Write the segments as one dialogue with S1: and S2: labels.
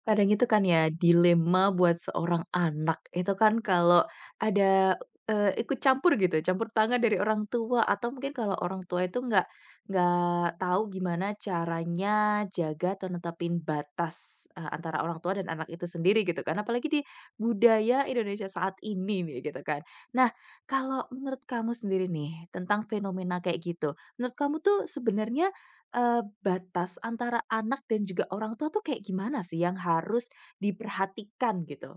S1: Kadang itu kan ya dilema buat seorang anak itu kan kalau ada, ikut campur gitu, campur tangan dari orang tua atau mungkin kalau orang tua itu nggak tahu gimana caranya jaga atau netepin batas, antara orang tua dan anak itu sendiri gitu kan, apalagi di budaya Indonesia saat ini nih gitu kan. Nah, kalau menurut kamu sendiri nih tentang fenomena kayak gitu, menurut kamu tuh sebenarnya batas antara anak dan juga orang tua tuh kayak gimana sih yang harus diperhatikan gitu?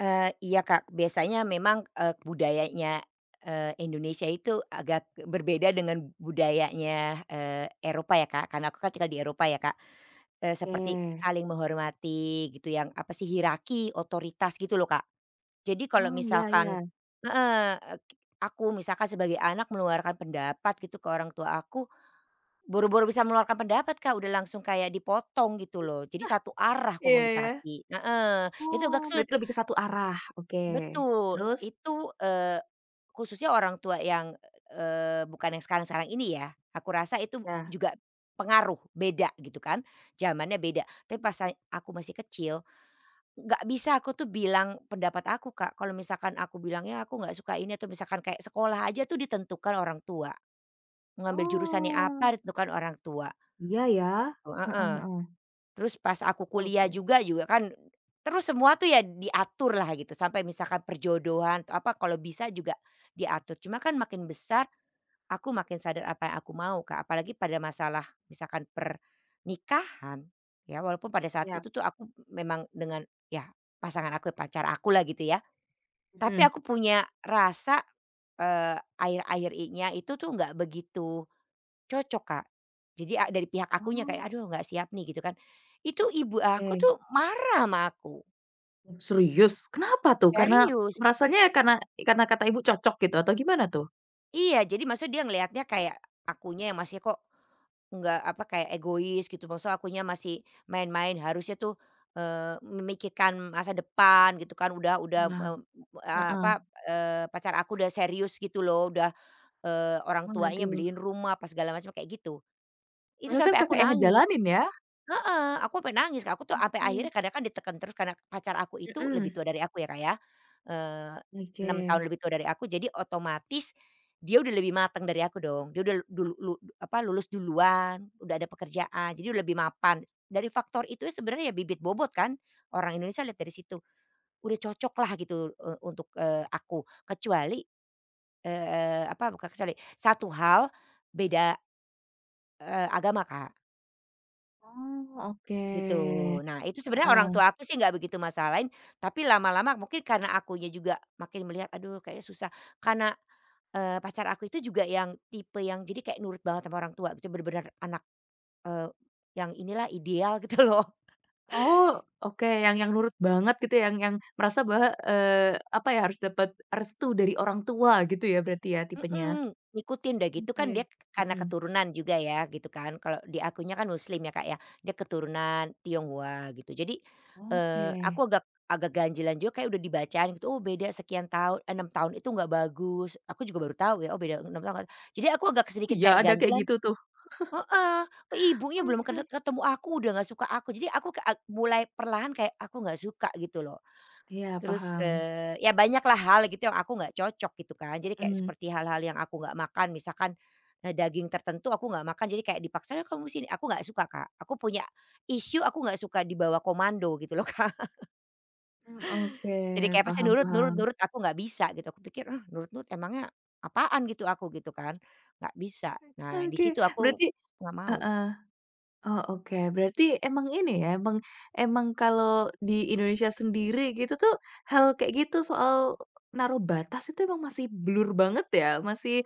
S2: Iya Kak, biasanya memang, budayanya, Indonesia itu agak berbeda dengan budayanya, Eropa ya Kak, karena aku kan tinggal di Eropa ya Kak,
S1: Oke.
S2: seperti saling menghormati gitu yang apa sih, hierarki, otoritas gitu loh Kak. Jadi kalau
S1: Oh, iya iya.
S2: misalkan heeh, aku misalkan sebagai anak meluarkan pendapat gitu ke orang tua aku, boro-boro bisa meluarkan pendapat Kak, udah langsung kayak dipotong gitu loh, jadi
S1: Ah,
S2: satu arah
S1: iya ya.
S2: komunikasi heeh, itu
S1: Oh,
S2: agak sulit.
S1: berarti lebih ke satu arah, oke.
S2: Betul,
S1: Terus?
S2: itu, khususnya orang tua yang, bukan yang sekarang-sekarang ini ya, aku rasa itu
S1: Ya.
S2: juga pengaruh, beda gitu kan, zamannya beda. Tapi pas aku masih kecil, nggak bisa aku tuh bilang pendapat aku, Kak. Kalau misalkan aku bilangnya aku nggak suka ini atau misalkan kayak sekolah aja tuh ditentukan orang tua, mengambil jurusannya
S1: Oh.
S2: apa ditentukan orang tua.
S1: Iya ya. Heeh heeh.
S2: Terus pas aku kuliah
S1: Oke.
S2: juga juga kan terus semua tuh ya diatur lah gitu sampai misalkan perjodohan atau apa kalau bisa juga diatur. Cuma kan makin besar aku makin sadar apa yang aku mau Kak, apalagi pada masalah misalkan pernikahan ya walaupun pada saat
S1: Siap,
S2: itu tuh aku memang dengan ya pasangan aku, pacar aku lah gitu ya. Tapi
S1: mhm.
S2: aku punya rasa, akhir-akhir itu tuh nggak begitu cocok, Kak. Jadi dari pihak akunya
S1: Oh.
S2: kayak, "Aduh nggak siap nih," gitu kan. Itu ibu aku
S1: Oke.
S2: tuh marah sama aku,
S1: Serius? Kenapa tuh? Karena
S2: serius.
S1: merasanya ya karena kata ibu cocok gitu atau gimana tuh?
S2: Iya, jadi maksudnya dia ngelihatnya kayak akunya yang masih kok nggak apa, kayak egois gitu, maksudnya akunya masih main-main, harusnya tuh, memikirkan masa depan gitu kan, udah,
S1: Wah.
S2: eee,
S1: Heeh.
S2: apa, pacar aku udah serius gitu loh, udah, orang tuanya
S1: Waduh.
S2: beliin rumah apa segala macam kayak gitu. Itu
S1: Padahal kan
S2: sampai aku
S1: Kakak yang
S2: nangis.
S1: ngejalanin ya?
S2: Heeh, aku sampai nangis Kak, aku tuh sampai
S1: Oke.
S2: akhirnya kadang kan ditekan terus karena pacar aku itu lebih
S1: Mhm,
S2: tua dari aku ya Kak ya, eee, 6
S1: oke.
S2: tahun lebih tua dari aku jadi otomatis dia udah lebih matang dari aku dong, dia udah lulus duluan, udah ada pekerjaan, jadi udah lebih mapan. Dari faktor itu ya sebenarnya ya bibit bobot kan, orang Indonesia lihat dari situ, udah cocok lah gitu, untuk, aku kecuali, eee, apa bukan kecuali, satu hal beda, agama Kak.
S1: Oh, oke,
S2: Gitu. Nah, itu sebenarnya orang
S1: heeh.
S2: tua aku sih nggak begitu masalahin, tapi lama-lama mungkin karena akunya juga makin melihat, aduh kayaknya susah. Karena, pacar aku itu juga yang tipe yang jadi kayak nurut banget sama orang tua gitu, bener-bener anak, eee, yang inilah ideal gitu loh.
S1: Oh, oke, yang nurut banget gitu, ya, yang merasa bahwa, apa ya, harus dapat restu dari orang tua gitu ya berarti ya tipenya?
S2: Mhm, ngikutin udah gitu kan dia
S1: Oke,
S2: karena
S1: mhm,
S2: keturunan juga ya gitu kan, kalau di akunya kan muslim ya, Kak, ya, dia keturunan Tionghoa gitu. Jadi,
S1: oke.
S2: aku agak agak ganjilan juga kayak udah dibacaan gitu, "Oh beda sekian tahun, 6 tahun itu nggak bagus." Aku juga baru tahu ya, "Oh beda 6 tahun." Jadi aku agak
S1: Oh
S2: sedikit
S1: iya,
S2: kayak
S1: ada kayak
S2: ganjilan
S1: gitu tuh?
S2: heeh, "Oh ibunya belum
S1: Oke,
S2: ketemu aku udah nggak suka aku." Jadi aku ka mulai perlahan kayak aku nggak suka gitu loh.
S1: iya
S2: Terus,
S1: paham,
S2: ya banyaklah hal gitu yang aku nggak cocok gitu kan. Jadi kayak
S1: mhm,
S2: seperti hal-hal yang aku nggak makan misalkan, daging tertentu aku nggak makan jadi kayak dipaksa, "Ya kamu sini," aku nggak suka, Kak. Aku punya issue aku nggak suka dibawa komando gitu loh, Kak.
S1: mmm, oke,
S2: Jadi kayak pasti
S1: paham
S2: nurut nurut
S1: paham.
S2: nurut aku nggak bisa gitu. Aku pikir, "Ah nurut nurut emangnya apaan gitu aku," gitu kan. Nggak bisa. Nah di
S1: Oke,
S2: situ aku
S1: berarti
S2: nggak mau.
S1: heeh. Oh, oke. Berarti emang ini ya, emang emang kalau di Indonesia sendiri gitu tuh, hal kayak gitu soal naruh batas itu emang masih blur banget ya? Masih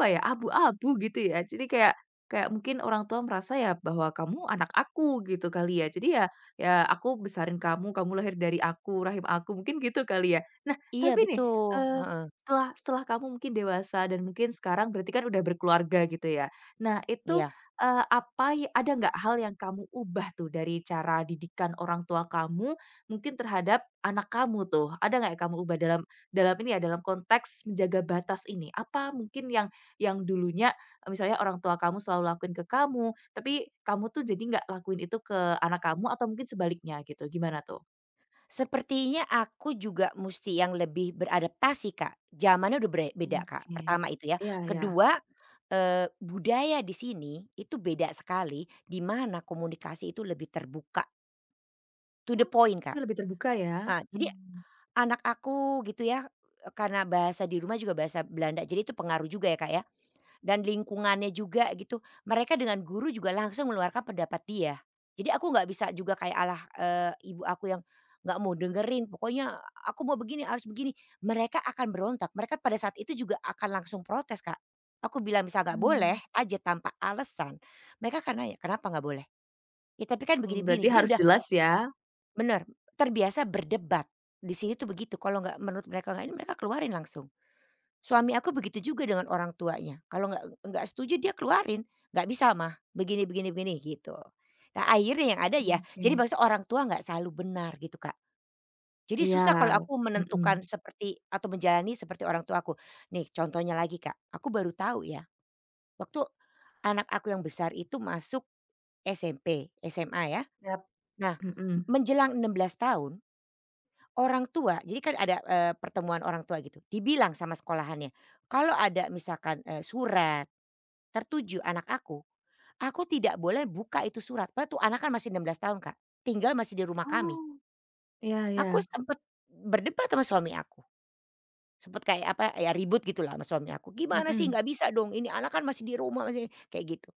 S1: apa ya, abu-abu gitu ya. Jadi kayak kayak mungkin orang tua merasa ya bahwa kamu anak aku gitu kali ya. Jadi ya ya aku besarin kamu, kamu lahir dari aku, rahim aku, mungkin gitu kali ya. Nah,
S2: Iya
S1: tapi nih,
S2: betul,
S1: eee,
S2: heeh,
S1: setelah setelah kamu mungkin dewasa dan mungkin sekarang berarti kan udah berkeluarga gitu ya. Nah itu,
S2: iya.
S1: apa ya ada nggak hal yang kamu ubah tuh dari cara didikan orang tua kamu mungkin terhadap anak kamu tuh? Ada nggak yang kamu ubah dalam dalam ini ya, dalam konteks menjaga batas ini? Apa mungkin yang dulunya, misalnya orang tua kamu selalu lakuin ke kamu, tapi kamu tuh jadi nggak lakuin itu ke anak kamu atau mungkin sebaliknya gitu, gimana tuh?
S2: Sepertinya aku juga musti yang lebih beradaptasi, Kak. Zamannya udah beda, Kak,
S1: Oke.
S2: pertama itu ya.
S1: Iya ya.
S2: Kedua, budaya di sini itu beda sekali, di mana komunikasi itu lebih terbuka, to the point,
S1: Oh,
S2: Kak.
S1: lebih terbuka ya?
S2: Ah, jadi
S1: Mmm.
S2: anak aku gitu ya, karena bahasa di rumah juga bahasa Belanda, jadi itu pengaruh juga ya, Kak, ya. Dan lingkungannya juga gitu, mereka dengan guru juga langsung mengeluarkan pendapat dia. Jadi aku nggak bisa juga kayak alah, ibu aku yang nggak mau dengerin, pokoknya aku mau begini, harus begini. Mereka akan berontak, mereka pada saat itu juga akan langsung protes, Kak. Aku bilang bisa nggak
S1: Mmm.
S2: boleh aja tanpa alasan, mereka akan nanya, "Kenapa nggak boleh?" "Ya tapi kan
S1: Mmm,
S2: begini-begini."
S1: berarti
S2: Jadi
S1: harus
S2: udah
S1: jelas ya?
S2: bener, terbiasa berdebat, di sini tuh begitu, kalau nggak menurut mereka nggak ini, mereka keluarin langsung. Suami aku begitu juga dengan orang tuanya, kalau nggak setuju dia keluarin, "Nggak bisa Mah, begini begini begini," gitu. Nah akhirnya yang ada ya jadi
S1: Oke.
S2: maksudnya orang tua nggak selalu benar gitu, Kak. Jadi
S1: Iya,
S2: susah kalau aku menentukan
S1: mhm.
S2: seperti atau menjalani seperti orang tua aku. Nih contohnya lagi, Kak, aku baru tahu ya waktu anak aku yang besar itu masuk SMP, SMA ya.
S1: Yap.
S2: Nah
S1: Mhm.
S2: menjelang 16 tahun, orang tua jadi kan ada, pertemuan orang tua gitu, dibilang sama sekolahannya, kalau ada misalkan, surat tertuju anak aku tidak boleh buka itu surat, padahal tuh anak kan masih 16 tahun, Kak, tinggal masih di rumah kami.
S1: Oh, iya
S2: Aku
S1: iya.
S2: sempet berdebat sama suami aku, sempet kayak apa ya ribut gitu lah sama suami aku, "Gimana sih
S1: Mhm.
S2: nggak bisa dong ini anak kan masih di rumah masih" kayak gitu.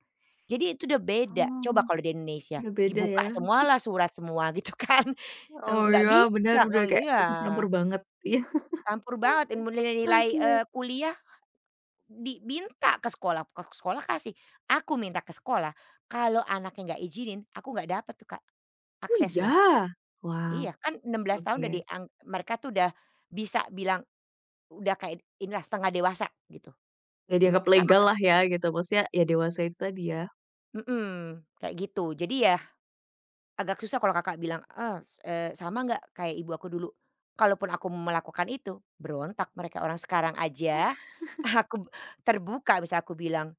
S2: Jadi itu udah beda, coba
S1: Oh,
S2: kalau di Indonesia
S1: udah beda ya?
S2: dibuka semualah surat semua gitu kan,
S1: Oh
S2: nggak
S1: iya benar
S2: bisa
S1: udah
S2: oh
S1: kayak
S2: iya,
S1: aku campur banget. Iya.
S2: campur banget nilai-nilai,
S1: Oke.
S2: kuliah. Di minta ke sekolah kasih, aku minta ke sekolah, kalau anaknya nggak izinin, aku nggak dapet tuh, Kak,
S1: Oh iya?
S2: aksesnya.
S1: Wah,
S2: Iya, kan enam belas
S1: oke.
S2: tahun udah mereka tuh udah bisa bilang, udah kayak inilah setengah dewasa gitu.
S1: Nggak dianggap
S2: Maka kan
S1: legal
S2: maka
S1: lah ya gitu, maksudnya ya dewasa itu tadi ya?
S2: mhm, kayak gitu. Jadi ya agak susah kalau Kakak bilang, "Ah, sama nggak kayak ibu aku dulu?" Kalaupun aku melakukan itu, berontak mereka. Orang sekarang aja aku terbuka, bisa aku bilang,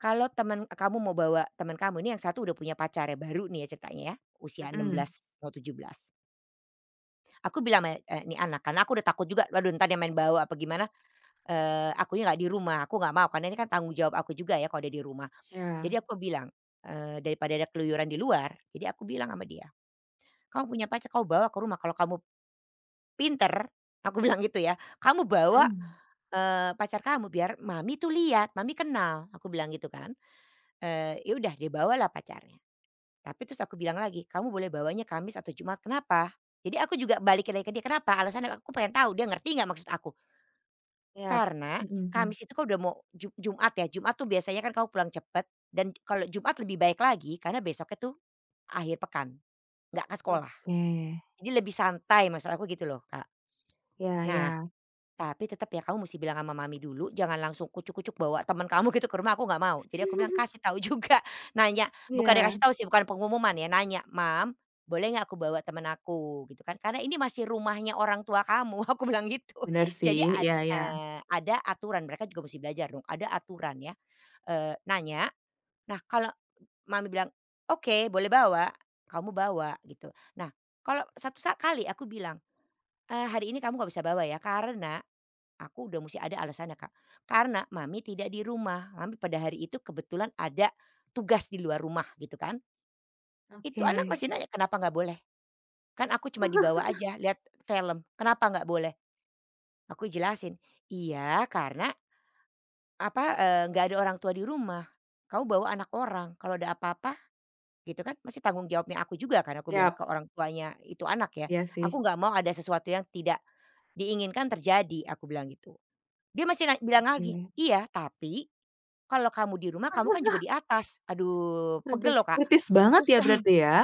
S2: kalau teman kamu mau bawa teman kamu ini yang satu udah punya pacar ya, baru nih ya ceritanya ya, usia enam
S1: Mhm,
S2: belas mau 17. Aku bilang sama, nih anak karena aku udah takut juga, waduh entar dia main bawa apa gimana, akunya nggak di rumah, aku nggak mau karena ini kan tanggung jawab aku juga ya kalau dia di rumah. Jadi
S1: ya.
S2: aku bilang, daripada ada keluyuran di luar, jadi aku bilang sama dia, "Kamu punya pacar kamu bawa ke rumah, kalau kamu pinter," aku bilang gitu ya, "kamu bawa,
S1: Mhm.
S2: pacar kamu biar mami tuh lihat, mami kenal," aku bilang gitu kan. Ya udah dia bawalah pacarnya. Tapi terus aku bilang lagi, "Kamu boleh bawanya Kamis atau Jumat." "Kenapa?" Jadi aku juga balikin lagi ke dia, "Kenapa?" Alasannya aku pengen tahu dia ngerti nggak maksud aku.
S1: Siap.
S2: Karena
S1: Mhm, mhm.
S2: Kamis itu kan udah mau Jumat ya, Jumat tuh biasanya kan kamu pulang cepet dan kalau Jumat lebih baik lagi karena besoknya tuh akhir pekan, nggak ke sekolah.
S1: Oke,
S2: Jadi lebih santai maksud aku gitu loh, Kak.
S1: ya
S2: Nah
S1: ya.
S2: tapi tetap ya kamu mesti bilang sama mami dulu, jangan langsung kucuk-kucuk bawa teman kamu gitu ke rumah, aku nggak mau. Jadi aku bilang kasih tahu juga, nanya, bukan
S1: Iya,
S2: dikasih tahu sih, bukan pengumuman ya, nanya, "Mam, boleh nggak aku bawa teman aku?" Gitu kan, "Karena ini masih rumahnya orang tua kamu," aku bilang gitu.
S1: bener sih,
S2: Jadi
S1: iya iya.
S2: ada aturan, mereka juga mesti belajar dong, ada aturan ya. Nanya, nah kalau mami bilang, "Oke, boleh bawa," kamu bawa gitu. Nah, kalau satu sa kali aku bilang, "Hari ini kamu nggak bisa bawa ya, karena" aku udah mesti ada alasannya, Kak. Karena mami tidak di rumah, mami pada hari itu kebetulan ada tugas di luar rumah gitu kan. Itu
S1: Oke,
S2: anak masih mhm nanya, "Kenapa nggak boleh?" Kan aku cuma dibawa aja lihat film, "Kenapa nggak boleh?" Aku jelasin, "Iya karena apa, nggak ada orang tua di rumah, kamu bawa anak orang, kalau ada apa-apa gitu kan masih tanggung jawabnya aku juga kan," aku bilang ke
S1: siap,
S2: orang tuanya itu anak ya.
S1: iya
S2: "Aku
S1: sih.
S2: nggak mau ada sesuatu yang tidak diinginkan terjadi," aku bilang gitu. Dia masih bilang lagi,
S1: Oke.
S2: "Iya tapi" kalau kamu di rumah, kamu kan juga di atas. Aduh,
S1: Oke,
S2: pegel loh, Kak.
S1: kritis banget
S2: Terus
S1: ya?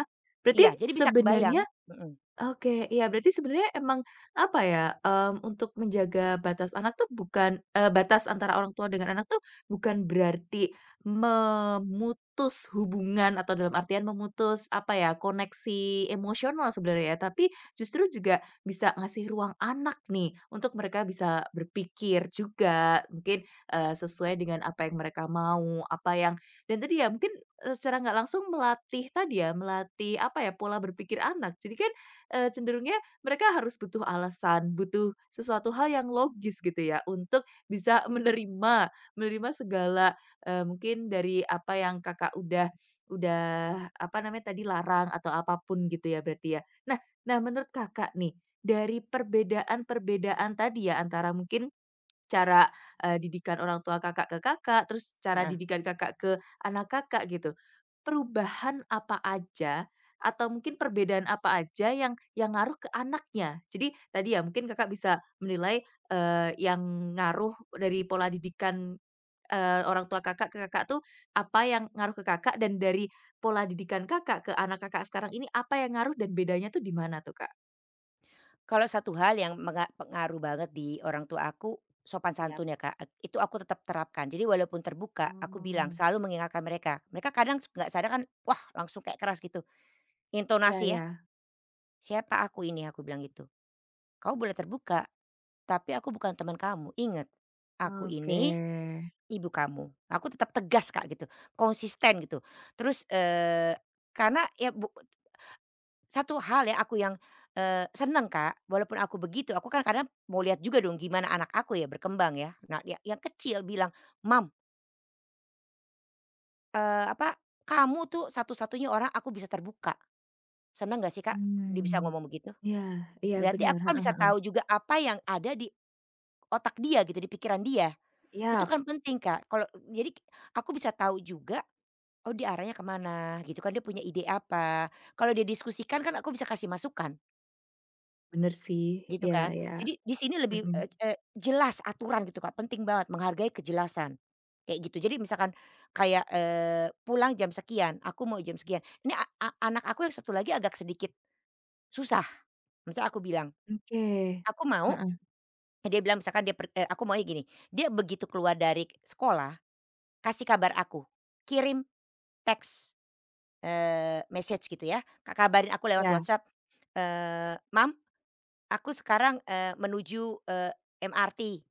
S1: Berarti
S2: iya, jadi bisa
S1: sebenarnya
S2: kebayang mhm,
S1: oke, iya berarti sebenarnya emang apa ya, mmm, untuk menjaga batas anak tuh bukan batas antara orang tua dengan anak tuh bukan berarti memutus hubungan atau dalam artian memutus apa ya, koneksi emosional sebenarnya ya, tapi justru juga bisa ngasih ruang anak nih untuk mereka bisa berpikir juga mungkin, sesuai dengan apa yang mereka mau, apa yang dan tadi ya mungkin, secara nggak langsung melatih tadi ya, melatih apa ya, pola berpikir anak. Jadi kan cenderungnya mereka harus butuh alasan, butuh sesuatu hal yang logis gitu ya untuk bisa menerima menerima segala, mungkin dari apa yang Kakak udah apa namanya tadi larang atau apapun gitu ya berarti ya. Nah nah menurut Kakak nih, dari perbedaan-perbedaan tadi ya antara mungkin cara, didikan orang tua Kakak ke Kakak, terus cara
S2: heeh.
S1: didikan Kakak ke anak Kakak gitu. Perubahan apa aja atau mungkin perbedaan apa aja yang ngaruh ke anaknya? Jadi tadi ya mungkin Kakak bisa menilai, yang ngaruh dari pola didikan, orang tua Kakak ke Kakak tuh apa yang ngaruh ke Kakak dan dari pola didikan Kakak ke anak Kakak sekarang ini apa yang ngaruh dan bedanya tuh di mana tuh, Kak?
S2: Kalau satu hal yang pengaruh banget di orang tua aku, sopan
S1: Yap,
S2: santun ya, Kak. Ek itu aku tetap terapkan. Jadi walaupun terbuka, aku bilang
S1: mmm.
S2: selalu mengingatkan mereka. Mereka kadang nggak sadar kan, wah langsung kayak keras gitu.
S1: Iya
S2: Intonasi ya,
S1: iya,
S2: "Siapa aku ini?" Aku bilang gitu. Kau boleh terbuka, tapi aku bukan teman kamu. Ingat, aku ini
S1: oke.
S2: ibu kamu. Aku tetap tegas, Kak, gitu, konsisten gitu. Terus, karena ya bu satu hal ya aku yang, seneng, Kak, walaupun aku begitu, aku kan kadang mau lihat juga dong gimana anak aku ya berkembang ya. Nah, ya yang kecil bilang, "Mom, eee, apa, kamu tuh satu-satunya orang aku bisa terbuka." Seneng nggak sih, Kak, dia bisa
S1: Mmm,
S2: ngomong begitu?
S1: iya iya
S2: Berarti
S1: bener,
S2: aku kan
S1: heeh,
S2: bisa tahu juga apa yang ada di otak dia gitu, di pikiran dia. Itu
S1: iya
S2: kan penting, Kak. Kalau jadi aku bisa tahu juga oh dia arahnya kemana, gitu kan, dia punya ide apa. Kalau dia diskusikan kan aku bisa kasih masukan
S1: bener sih,
S2: gitu
S1: iya
S2: kan.
S1: iya,
S2: Jadi di sini lebih,
S1: mhm,
S2: eee eee, jelas aturan gitu Kak, penting banget menghargai kejelasan, kayak gitu. Jadi misalkan kayak, pulang jam sekian, aku mau jam sekian. Ini a a anak aku yang satu lagi agak sedikit susah. Misal aku bilang,
S1: oke,
S2: "Aku mau"
S1: heeh,
S2: dia bilang misalkan aku maunya gini, dia begitu keluar dari sekolah kasih kabar aku, kirim teks. Message gitu ya, kabarin aku lewat
S1: iya
S2: WhatsApp, "Mom, aku sekarang, menuju, MRT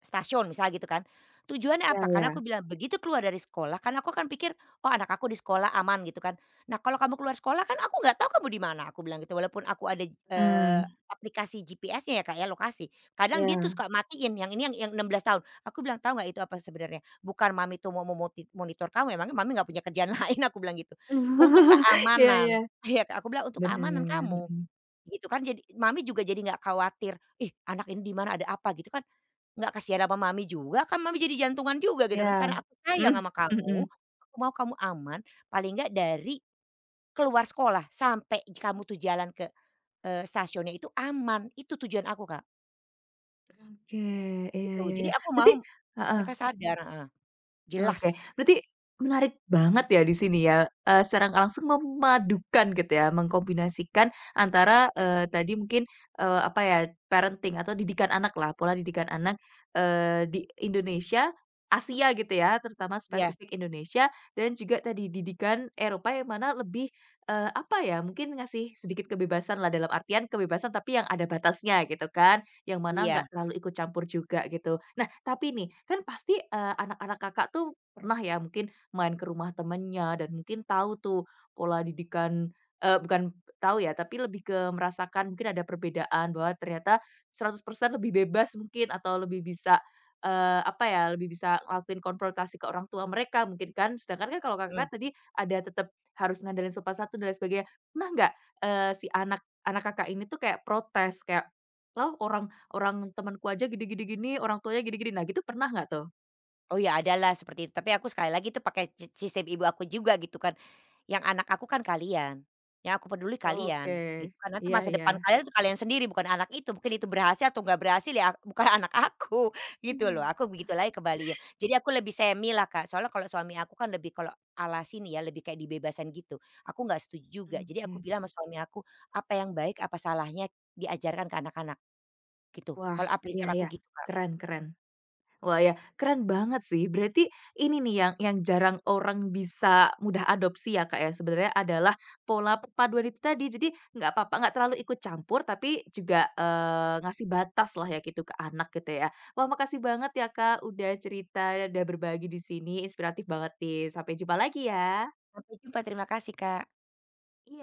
S2: stasiun misalnya gitu kan, tujuannya
S1: iya
S2: apa?
S1: iya,
S2: Karena aku bilang begitu keluar dari sekolah karena aku kan pikir, "Oh anak aku di sekolah aman," gitu kan. "Nah kalau kamu keluar sekolah kan aku nggak tahu kamu di mana," aku bilang gitu walaupun aku ada,
S1: mhm,
S2: aplikasi GPS-nya ya, kayak lokasi. Kadang dia tuh
S1: iya.
S2: suka matiin yang ini yang 16 tahun. Aku bilang, "Tahu nggak itu apa sebenarnya? Bukan mami tuh mau monitor kamu emangnya mami nggak punya kerjaan lain?" Aku bilang gitu. "Untuk
S1: Iya iya,
S2: keamanan" iya, aku bilang, "Untuk
S1: bener,
S2: keamanan kamu."
S1: mhm,
S2: Gitu kan jadi mami juga jadi nggak khawatir, "Ih anak ini di mana ada apa?" Gitu kan, nggak kasihan sama mami juga kan mami jadi jantungan juga gitu kan, karena
S1: iya,
S2: aku sayang
S1: mmm,
S2: sama
S1: mhm,
S2: kamu, aku mau kamu aman paling nggak dari keluar sekolah sampai kamu tuh jalan ke, stasiunnya itu aman, itu tujuan aku Kak,
S1: oke, iya
S2: gitu.
S1: iya iya,
S2: Jadi aku
S1: berarti
S2: mau
S1: heeh.
S2: mereka sadar heeh,
S1: Oke,
S2: jelas.
S1: berarti menarik banget ya di sini ya, secara nggak langsung memadukan gitu ya, mengkombinasikan antara, tadi mungkin, apa ya, parenting atau didikan anak lah, pola didikan anak, di Indonesia, Asia gitu ya, terutama
S2: Iya
S1: spesifik Indonesia dan juga tadi didikan Eropa yang mana lebih, apa ya, mungkin ngasih sedikit kebebasan lah dalam artian kebebasan tapi yang ada batasnya gitu kan. Yang mana nggak
S2: iya,
S1: terlalu ikut campur juga gitu. Nah, tapi nih, kan pasti, anak-anak Kakak tuh pernah ya mungkin main ke rumah temennya dan mungkin tahu tuh pola didikan bukan tahu ya, tapi lebih ke merasakan mungkin ada perbedaan bahwa ternyata 100% lebih bebas mungkin atau lebih bisa, apa ya, lebih bisa ngelakuin konfrontasi ke orang tua mereka mungkin kan. Sedangkan kan kalau
S2: mhm.
S1: Kakak tadi ada tetap harus ngandelin sopan satu dan lain sebagainya. Pernah nggak, si anak anak Kakak ini tuh kayak protes kayak, "Lah orang orang temanku aja gini gini gini, orang tuanya gini gini." Nah gitu pernah nggak tuh?
S2: Oh ya adalah seperti itu, tapi aku sekali lagi tuh pakai si sistem ibu aku juga gitu kan, yang anak aku kan kalian, yang aku peduli
S1: Oke.
S2: kalian gitu kan, nanti
S1: Iya
S2: masa
S1: iya.
S2: depan kalian itu kalian sendiri bukan anak itu, mungkin itu berhasil atau nggak berhasil ya bukan anak aku gitu
S1: Mmm,
S2: loh, aku begitu lagi ke Bali ya. Jadi aku lebih semi lah Kak, soalnya kalau suami aku kan lebih kalau ala sini ya, lebih kayak dibebasin gitu, aku nggak setuju juga. Jadi aku
S1: oke.
S2: bilang sama suami aku, apa yang baik, apa salahnya diajarkan ke anak-anak gitu,
S1: Wah,
S2: kalau prinsip
S1: iya iya.
S2: aku gitu Kak.
S1: Keren keren. Wah ya, keren banget sih. Berarti ini nih yang jarang orang bisa mudah adopsi ya, Kak, ya, sebenarnya adalah pola perpaduan itu tadi. Jadi nggak apa-apa, nggak terlalu ikut campur, tapi juga, ngasih batas lah ya gitu ke anak gitu ya. Wah makasih banget ya, Kak, udah cerita, udah berbagi di sini. Inspiratif banget nih. Sampai jumpa lagi ya.
S2: Sampai jumpa, terima kasih Kak.
S1: Iya.